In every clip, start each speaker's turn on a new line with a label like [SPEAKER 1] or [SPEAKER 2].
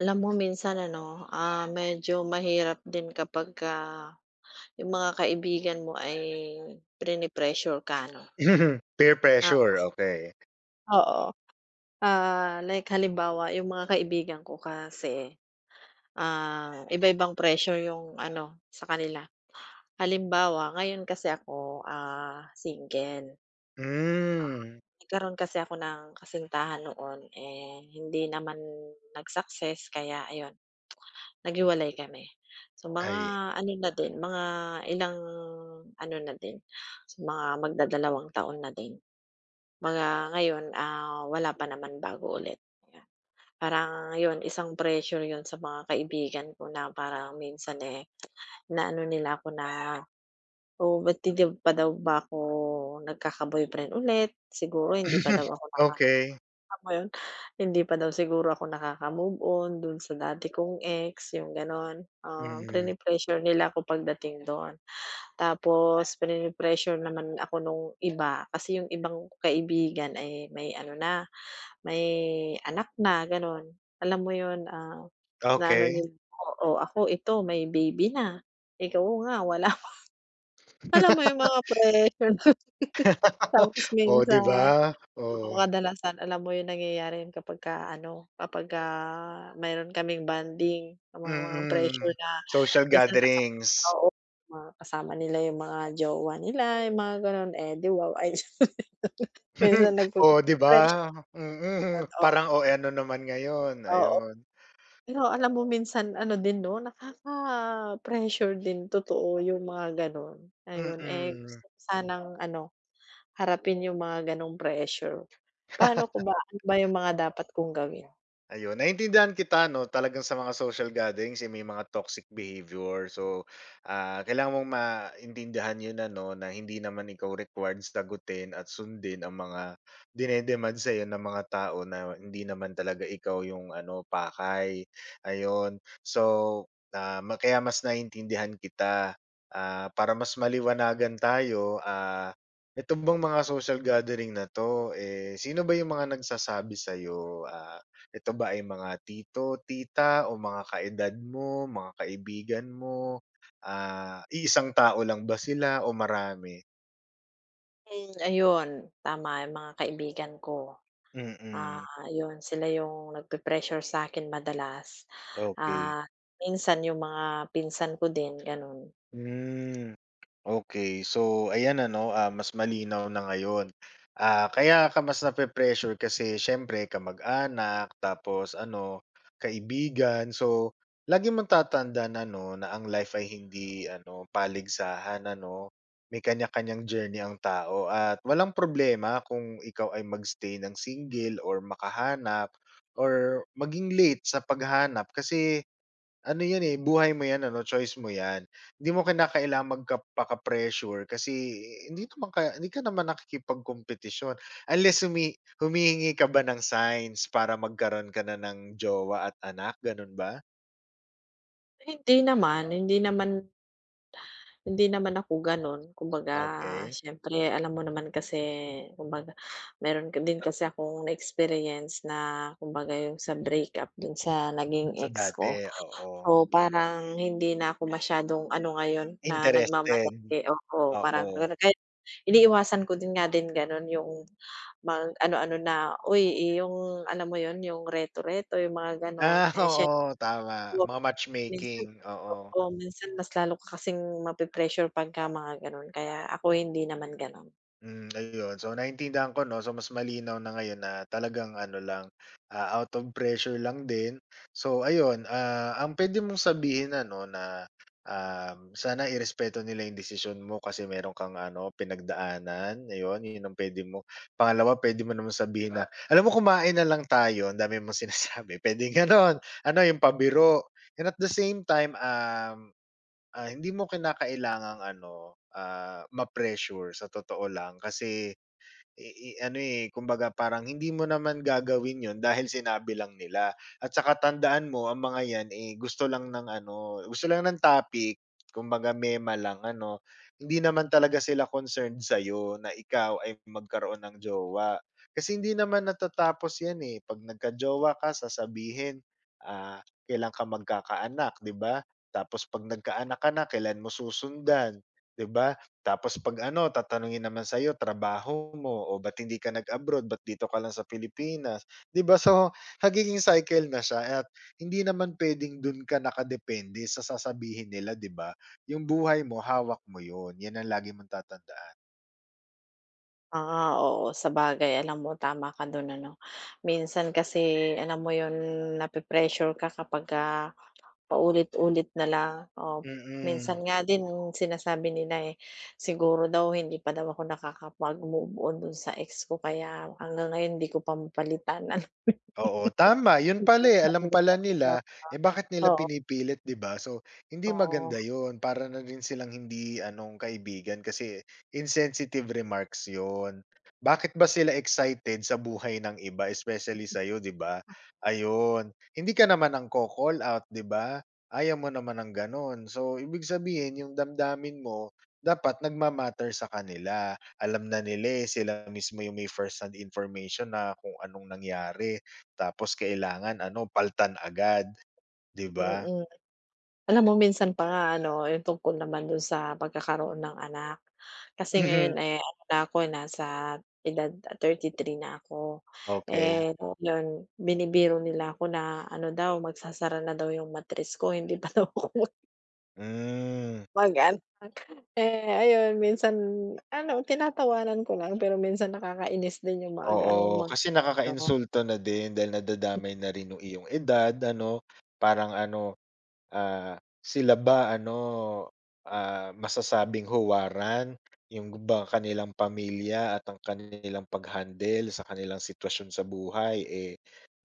[SPEAKER 1] Alam mo minsan ano, medyo mahirap din kapagka yung mga kaibigan mo ay prine-pressure ka 'no?
[SPEAKER 2] Peer
[SPEAKER 1] Ah,
[SPEAKER 2] pressure, okay.
[SPEAKER 1] Oo. Like halimbawa yung mga kaibigan ko kasi, iba-ibang pressure yung ano sa kanila. Halimbawa ngayon kasi ako, single.
[SPEAKER 2] Hmm,
[SPEAKER 1] Nagkaroon kasi ako ng kasintahan noon, eh, hindi naman nag-success kaya ayun, naghiwalay kami. So, mga
[SPEAKER 2] ay.
[SPEAKER 1] ano na din, mga ilang ano na din, so mga magdadalawang taon na din. Mga ngayon, wala pa naman bago ulit, ayan. Parang yun, isang pressure yun sa mga kaibigan ko na parang minsan, eh, na ano nila ako na, "Oh, ba't hindi pa daw ba ako nagkaka-boyfriend ulit? Siguro hindi pa daw ako.
[SPEAKER 2] okay.
[SPEAKER 1] Tama yun? Hindi pa daw siguro ako nakaka-move on dun sa dati kong ex, yung gano'n.
[SPEAKER 2] mm,
[SPEAKER 1] Prine-pressure nila ako pagdating do'n. Tapos prine-pressure naman ako nung iba, kasi yung ibang kaibigan ay may ano na, may anak na, gano'n. Alam mo yun, na ano
[SPEAKER 2] okay.
[SPEAKER 1] nila oo, ako ito may baby na, ikaw nga wala. Alam mo yung mga pressure. Tapos
[SPEAKER 2] Oh, 'di
[SPEAKER 1] minsan
[SPEAKER 2] ba?
[SPEAKER 1] oo,
[SPEAKER 2] Oh,
[SPEAKER 1] kadalasan alam mo 'yung nangyayari 'yun kapagka ano, kapagka mayroon kaming bonding, ang mga pressure
[SPEAKER 2] mm.
[SPEAKER 1] na
[SPEAKER 2] Social
[SPEAKER 1] minsan kasama
[SPEAKER 2] gatherings.
[SPEAKER 1] oo, mga kasama nila 'yung mga jowa nila, 'yung mga gano'n, eh, 'di wow ay minsan
[SPEAKER 2] Oh, 'di ba?
[SPEAKER 1] nagpe-pressure
[SPEAKER 2] Mm,
[SPEAKER 1] oo,
[SPEAKER 2] parang OA ano naman ngayon,
[SPEAKER 1] oo.
[SPEAKER 2] ayun.
[SPEAKER 1] Pero alam mo minsan ano din 'no, nakaka-pressure din totoo 'yung mga gano'n, ayun. Eh,
[SPEAKER 2] Mm.
[SPEAKER 1] gusto ko sanang ano, harapin 'yung mga gano'ng pressure. Paano ko ba ano ba 'yung mga dapat kong gawin?
[SPEAKER 2] Ayun, naiintindihan kita 'no, talagang sa mga social gatherings, eh, may mga toxic behavior. So, kailangan mong maintindihan 'yun ano, na hindi naman ikaw required sagutin at sundin ang mga dinedemand sa sa'yo ng mga tao na hindi naman talaga ikaw yung ano, pakay, ayun. So, ma kaya mas naiintindihan kita. Ah, para mas maliwanagan tayo, eto bang mga social gathering na 'to, eh, sino ba yung mga nagsasabi sa'yo, ah ito ba ay mga tito, tita o mga kaedad mo, mga kaibigan mo? Ah, iisang tao lang ba sila o marami?
[SPEAKER 1] Ayun tama yung mga kaibigan ko. Ah,
[SPEAKER 2] Mm,
[SPEAKER 1] Yun sila yung nagpe-pressure sa'kin madalas.
[SPEAKER 2] okey.
[SPEAKER 1] Ah, Minsan yung mga pinsan ko din gano'n.
[SPEAKER 2] Hmm. Okay, so ayan ano, mas malinaw na ngayon. Ah, kaya ka mas nape-pressure kasi siyempre kamag-anak, tapos ano, kaibigan. So lagi mong tatandaan ano, na ang life ay hindi ano, paligsahan ano, may kanya-kanyang journey ang tao at walang problema kung ikaw ay magstay stay ng single or makahanap or maging late sa paghanap kasi ano 'yan, eh, buhay mo 'yan ano, choice mo 'yan. Hindi mo kinakailangang magka paka-pressure kasi hindi naman ka hindi ka naman nakikipagkompetisyon unless humihingi ka ba ng signs para magkaroon ka na ng jowa at anak, gano'n ba?
[SPEAKER 1] Hindi naman, hindi naman hindi naman ako gano'n. Kumbaga
[SPEAKER 2] Okay.
[SPEAKER 1] siyempre alam mo naman kasi kumbaga meron ka din kasi akong na-experience na kumbaga yung sa breakup dun sa naging
[SPEAKER 2] So,
[SPEAKER 1] ex
[SPEAKER 2] dati,
[SPEAKER 1] ko.
[SPEAKER 2] oo.
[SPEAKER 1] So, parang hindi na ako masyadong ano ngayon na
[SPEAKER 2] Interested,
[SPEAKER 1] nagmamadali oo, parang
[SPEAKER 2] oo.
[SPEAKER 1] gano'n. Kaya iniiwasan ko din nga din gano'n yung mag ano-ano na, uy, eh, yung alam mo yun, yung reto-reto, yung mga gano'n.
[SPEAKER 2] Ah,
[SPEAKER 1] Eh, siyempre
[SPEAKER 2] oo, tama. Mga
[SPEAKER 1] minsan
[SPEAKER 2] matchmaking, oo.
[SPEAKER 1] oo, minsan mas lalo ka kasing mape-pressure pagka mga gano'n, kaya ako hindi naman gano'n.
[SPEAKER 2] Hmm, ayun. So, naintindihan ko 'no. So, mas malinaw na ngayon na talagang ano lang, out of pressure lang din. So, ayun, ang pwede mong sabihin ano na, sana irespeto nila yung desisyon mo kasi meron kang ano, pinagdaanan, ayun, yun ang puwede mo. Pangalawa, pwede mo naman sabihin na, "Alam mo kumain na lang tayo, ang dami mong sinasabi." Pwede nga gano'n. Ano, yung pabiro. And at the same time, Ah, hindi mo kinakailangang ano, ma-pressure sa totoo lang kasi, i ano, eh, kumbaga parang hindi mo naman gagawin yon dahil sinabi lang nila. At saka tandaan mo ang mga 'yan, eh, gusto lang ng ano, gusto lang ng topic, kumbaga mema lang ano. Hindi naman talaga sila concerned sa'yo na ikaw ay magkaroon ng jowa. Kasi hindi naman natatapos 'yan, eh, 'pag nagkajowa ka sasabihin, ah, kailan ka magkakaanak, 'di ba? Tapos 'pag nagkaanak ka na, kailan mo susundan, 'di ba? Tapos 'pag ano, tatanungin naman sa iyo trabaho mo, o ba't hindi ka nag-abroad, ba't dito ka lang sa Pilipinas, 'di ba? So, nagiging cycle na siya at hindi naman puwedeng dun ka nakadepende sa sasabihin nila, 'di ba? Yung buhay mo, hawak mo yun, yan ang lagi mong tatandaan.
[SPEAKER 1] Oo, sabagay alam mo tama ka dun ano. Minsan kasi alam mo yun, nape-pressure ka kapagka paulit-ulit na lang, oo.
[SPEAKER 2] Mm.
[SPEAKER 1] Minsan nga din sinasabi nila, eh, siguro daw hindi pa daw ako nakakapag-move on dun sa ex ko kaya hanggang ngayon hindi ko pa mapalitan,
[SPEAKER 2] Oo, tama. Yun
[SPEAKER 1] alam mo
[SPEAKER 2] pala,
[SPEAKER 1] yun,
[SPEAKER 2] eh,
[SPEAKER 1] sabi
[SPEAKER 2] alam
[SPEAKER 1] nila
[SPEAKER 2] pala
[SPEAKER 1] ano
[SPEAKER 2] nila, eh, bakit nila
[SPEAKER 1] oo,
[SPEAKER 2] pinipilit, 'di ba? So, hindi
[SPEAKER 1] oo,
[SPEAKER 2] maganda yun. Para na rin silang hindi anong kaibigan kasi insensitive remarks yun. Bakit ba sila excited sa buhay ng iba, especially sa'yo, 'di ba? Ayun. Hindi ka naman ang ko-call out, 'di ba? Ayaw mo naman ng gano'n. So, ibig sabihin yung damdamin mo dapat nagma sa kanila. Alam na nila, eh, sila mismo yung may first hand information na kung anong nangyari. Tapos kailangan ano, paltan agad, 'di ba?
[SPEAKER 1] mm. Alam mo minsan pa nga ano, yung tungkol naman dun sa pagkakaroon ng anak, kasi
[SPEAKER 2] Mhm.
[SPEAKER 1] ngayon, eh, ano na ako, eh, nasa edad 33 na ako.
[SPEAKER 2] Okey.
[SPEAKER 1] Eh, yun binibiro nila ako na ano daw magsasara na daw yung matres ko, hindi pa daw ako
[SPEAKER 2] Hmm,
[SPEAKER 1] mga ganon. Eh, ayun minsan ano, tinatawanan ko lang pero minsan nakakainis din yung mga ganong
[SPEAKER 2] oo.
[SPEAKER 1] mga
[SPEAKER 2] Kasi
[SPEAKER 1] ano.
[SPEAKER 2] nakakainsulto na din dahil nadadamay na rin yung iyong edad ano, parang ano. Ah, sila ba ano, masasabing huwaran yung ba kanilang pamilya at ang kanilang pag-handle sa kanilang sitwasyon sa buhay, eh,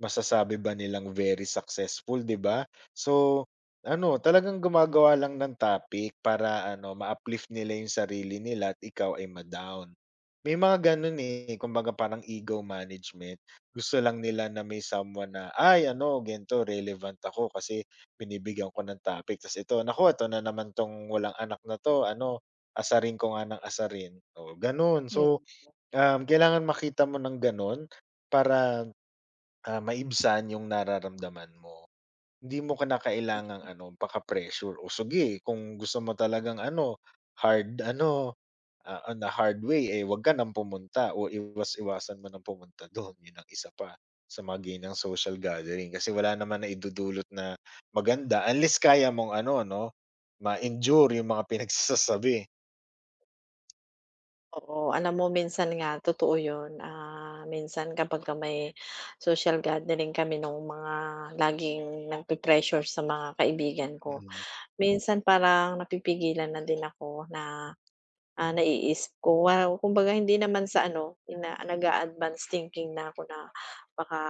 [SPEAKER 2] masasabi ba nilang very successful, 'di ba? So, ano talagang gumagawa lang ng topic para ano ma-uplift nila yung sarili nila at ikaw ay ma-down. May mga gano'n, eh, kumbaga parang ego management. Gusto lang nila na may someone na, "Ay ano ganito relevant ako kasi binibigyan ko ng topic ta's ito, naku ito na naman 'tong walang anak na 'to ano, asarin ko nga ng asarin, o gano'n. So,
[SPEAKER 1] Hmm.
[SPEAKER 2] kailangan makita mo ng gano'n para, maibsan yung nararamdaman mo. Hindi mo kinakailangang ano, baka pressure o sige kung gusto mo talagang ano, hard ano on the hard way, eh, wag ka ng pumunta o iwas-iwasan mo ng pumunta dun, yun ang isa pa sa mga ng social gathering kasi wala naman naidudulot na maganda unless kaya mong ano 'no, ma-endure yung mga pinagsasabi.
[SPEAKER 1] Oo, alam mo minsan nga totoo yun, minsan kapagka may social gathering kami nung mga laging nagpe-pressure sa mga kaibigan ko,
[SPEAKER 2] Mm,
[SPEAKER 1] minsan parang napipigilan na din ako na naiisip ko, wow, kumbaga hindi naman sa ano, ina nag-a-advance thinking na ako na baka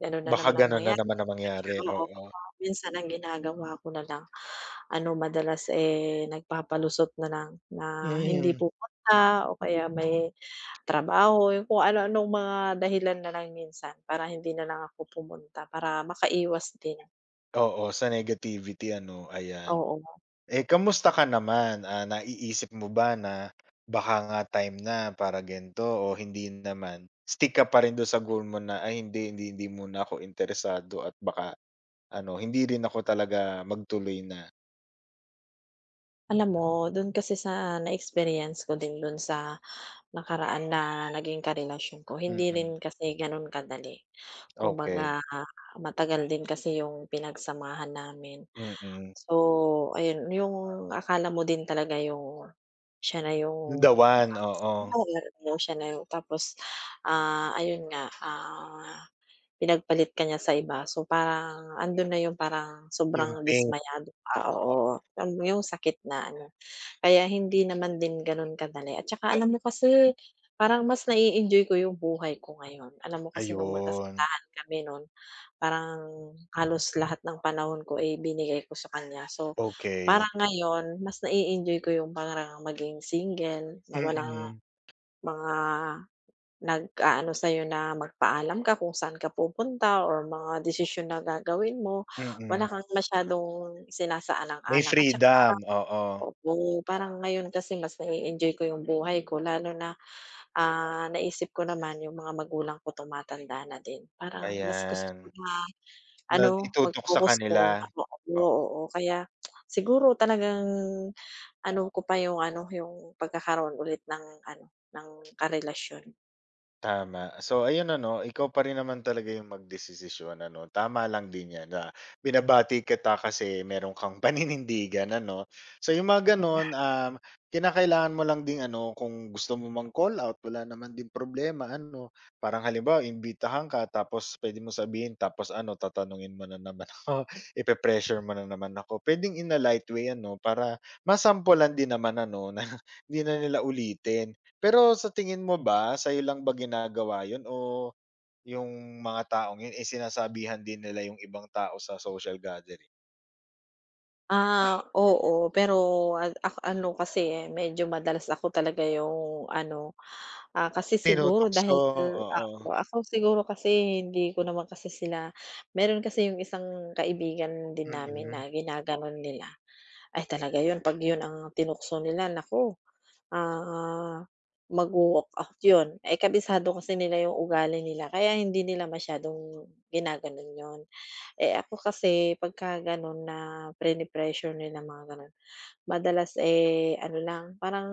[SPEAKER 1] gano'n na
[SPEAKER 2] baka
[SPEAKER 1] naman ang
[SPEAKER 2] ganun na
[SPEAKER 1] mangyari,
[SPEAKER 2] naman ang mangyari,
[SPEAKER 1] pressure oo,
[SPEAKER 2] oo.
[SPEAKER 1] kaya minsan ang ginagawa ko na lang, ano madalas, eh, nagpapalusot na lang na hindi
[SPEAKER 2] Mm,
[SPEAKER 1] pupunta o kaya may trabaho, yung kung ano-anong mga dahilan na lang minsan para hindi na lang ako pumunta para makaiwas din,
[SPEAKER 2] oo, sa negativity ano, ayan.
[SPEAKER 1] oo.
[SPEAKER 2] Eh, kamusta ka naman? Ah, naiisip mo ba na baka nga time na para ganito o hindi naman? Stick ka pa rin do'n sa goal mo na, "Ay hindi, hindi, hindi muna ako interesado at baka ano, hindi rin ako talaga magtuloy na."
[SPEAKER 1] Alam mo, dun kasi sa na-experience ko din dun sa nakaraan na naging karelasyon ko, hindi
[SPEAKER 2] Mm.
[SPEAKER 1] rin kasi ganun kadali.
[SPEAKER 2] Okay.
[SPEAKER 1] Kumbaga, matagal din kasi yung pinagsamahan namin.
[SPEAKER 2] Mm.
[SPEAKER 1] So, ayun, yung akala mo din talaga yung siya na yung
[SPEAKER 2] Yung The One, oo.
[SPEAKER 1] makamahal mo, siya na yung tapos, ayun nga, pinagpalit ka niya sa iba. So, parang andun na yung parang
[SPEAKER 2] Yung
[SPEAKER 1] sobrang
[SPEAKER 2] Pink,
[SPEAKER 1] dismayado ka,
[SPEAKER 2] oo,
[SPEAKER 1] oo, yung sakit na ano kaya hindi naman din gano'n kadali at saka alam mo kasi, parang mas na enjoy ko yung buhay ko ngayon. Alam mo kasi nung
[SPEAKER 2] ayun.
[SPEAKER 1] magkasintahan kami noon parang halos lahat ng panahon ko, ay binigay ko sa kanya. So,
[SPEAKER 2] Okey.
[SPEAKER 1] parang ngayon mas na enjoy ko yung parang maging single na walang
[SPEAKER 2] Mm,
[SPEAKER 1] mga nag-aano sa'yo na magpaalam ka kung saan ka pupunta or mga desisyon na gagawin mo, wala
[SPEAKER 2] mm.
[SPEAKER 1] kang masyadong
[SPEAKER 2] May
[SPEAKER 1] sinasaalang-alang at saka
[SPEAKER 2] freedom,
[SPEAKER 1] parang
[SPEAKER 2] oo.
[SPEAKER 1] opo, parang ngayon kasi mas na enjoy ko yung buhay ko lalo na, naisip ko naman yung mga magulang ko tumatanda na din. Parang mas gusto
[SPEAKER 2] Ayan,
[SPEAKER 1] ko na
[SPEAKER 2] na
[SPEAKER 1] ano,
[SPEAKER 2] itutok sa
[SPEAKER 1] mag-focus
[SPEAKER 2] kanila.
[SPEAKER 1] doon ako oo, oo. Kaya siguro talagang ano ko pa yung ano, yung pagkakaroon ulit ng ano, ng karelasyon.
[SPEAKER 2] Tama. So ayun ano, ikaw pa rin naman talaga yung magdedesisyon ano. Tama lang din 'yan na binabati kita kasi meron kang paninindigan ano. So yung mga gano'n, kinakailangan mo lang ding ano, kung gusto mo mang-call out wala naman din problema ano. Parang halimbawa imbitahan ka tapos puwede mo sabihin tapos ano, tatanungin mo na naman ako, ipe-pressure mo na naman ako. Puwedeng in a light way ano para masampulan din naman ano na hindi na nila ulitin. Pero sa tingin mo ba, sa'yo lang ba ginagawa yun o yung mga taong yun, eh, sinasabihan din nila yung ibang tao sa social gathering?
[SPEAKER 1] Oo. Pero a ak ano kasi, eh, medyo madalas ako talaga yung ano, kasi siguro
[SPEAKER 2] Tinutukso,
[SPEAKER 1] dahil
[SPEAKER 2] oo.
[SPEAKER 1] oo, ako siguro kasi hindi ko naman kasi sila meron kasi yung isang kaibigan din namin
[SPEAKER 2] Mm,
[SPEAKER 1] na ginaganon nila. Ay talaga yun 'pag yun ang tinukso nila naku, ah, magwo-walk out yun. Eh, kabisado kasi nila yung ugali nila kaya hindi nila masyadong ginaganon yun. Eh, ako kasi pagka ganon na prine-pressure nila mga ganon madalas, eh, ano lang, parang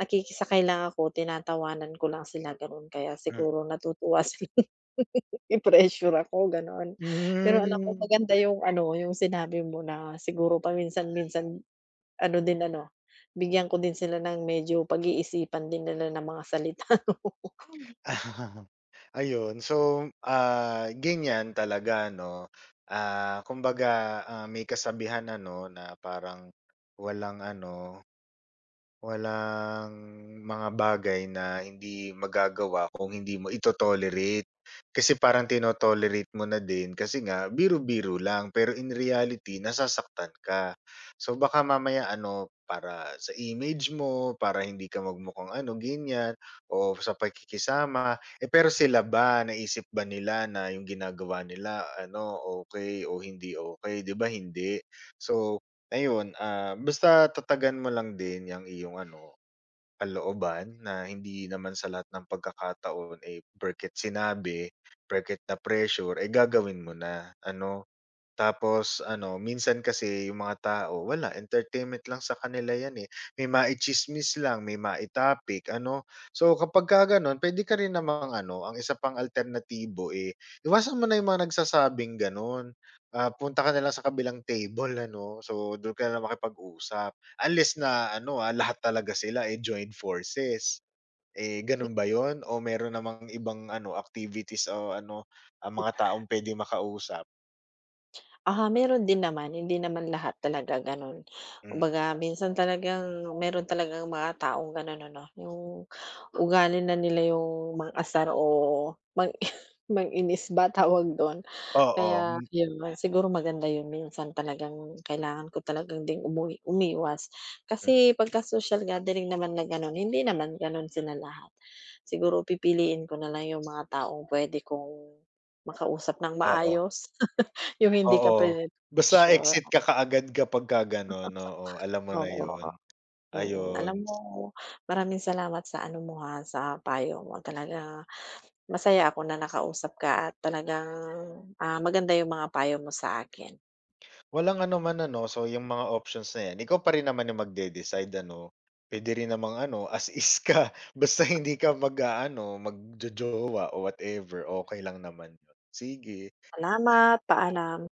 [SPEAKER 1] nakikisakay lang ako, tinatawanan ko lang sila, gano'n. Kaya
[SPEAKER 2] hmm.
[SPEAKER 1] siguro natutuwa sila. Pini-pressure ako, gano'n. Pero alam ko
[SPEAKER 2] Hmm.
[SPEAKER 1] maganda yung ano, yung sinabi mo na siguro paminsan-minsan ano din ano, bigyan ko din sila ng medyo pag-iisipan din nila ng mga salita 'no.
[SPEAKER 2] Ayun. So, ganyan talaga 'no. Ah, kumbaga, may kasabihan ano na parang walang ano. Walang mga bagay na hindi magagawa kung hindi mo ito-tolerate. Kasi parang tino-tolerate mo na din kasi nga biro-biro lang pero in reality nasasaktan ka. So baka mamaya ano, para sa image mo, para hindi ka magmukhang ano, ganyan o sa pakikisama. Eh, pero sila ba, naisip ba nila na yung ginagawa nila ano, okay o hindi okay 'di ba hindi? So ayun, basta tatagan mo lang din yang iyong ano, kalooban na hindi naman sa lahat ng pagkakataon, eh, porket sinabi, porket na-pressure, eh, gagawin mo na ano. Tapos ano, minsan kasi yung mga tao wala, entertainment lang sa kanila 'yan, eh. May maitsismis lang, may mai-topic ano. So, kapagka gano'n puwede ka rin namang ano, ang isa pang alternatibo, eh, iwasan mo na yung mga nagsasabing gano'n. Ah, punta ka na lang sa kabilang table ano, so do'n ka na lang makipag-usap. Unless na ano, lahat talaga sila, eh, joined forces. Eh, gano'n ba yon, o meron namang ibang ano, activities o ano, mga taong puwedeng makausap?
[SPEAKER 1] Meron din naman, hindi naman lahat talaga gano'n.
[SPEAKER 2] Mm.
[SPEAKER 1] Kumbaga minsan talagang meron talagang mga taong gano'n ano, yung ugali na nila yung mang-asar o mang mang-inis ba tawag do'n.
[SPEAKER 2] Oo,
[SPEAKER 1] Kaya
[SPEAKER 2] mm,
[SPEAKER 1] yun siguro maganda yun minsan talagang kailangan ko talagang ding umuwi umiwas. Kasi pagka-social gathering naman na gano'n, hindi naman gano'n sila lahat. Siguro pipiliin ko na lang yung mga taong puwede kong makausap ng
[SPEAKER 2] oo,
[SPEAKER 1] maayos. Yung hindi ka
[SPEAKER 2] oo. Basta
[SPEAKER 1] sure,
[SPEAKER 2] exit ka kaagad kapagka gano'n, oo, alam mo na
[SPEAKER 1] oo,
[SPEAKER 2] 'yun.
[SPEAKER 1] mm.
[SPEAKER 2] Ayun,
[SPEAKER 1] Alam mo maraming salamat sa ano mo, ha, sa payo mo talaga masaya ako na nakausap ka at talagang, maganda yung mga payo mo sa akin.
[SPEAKER 2] walang anuman ano, so yung mga options na 'yan, ikaw pa rin naman yung magde-decide ano. Puwede rin namang ano, as is ka, basta hindi ka mag-aano, magjojowa o whatever, okey lang naman 'yun. Sige.
[SPEAKER 1] Salamat, paalam.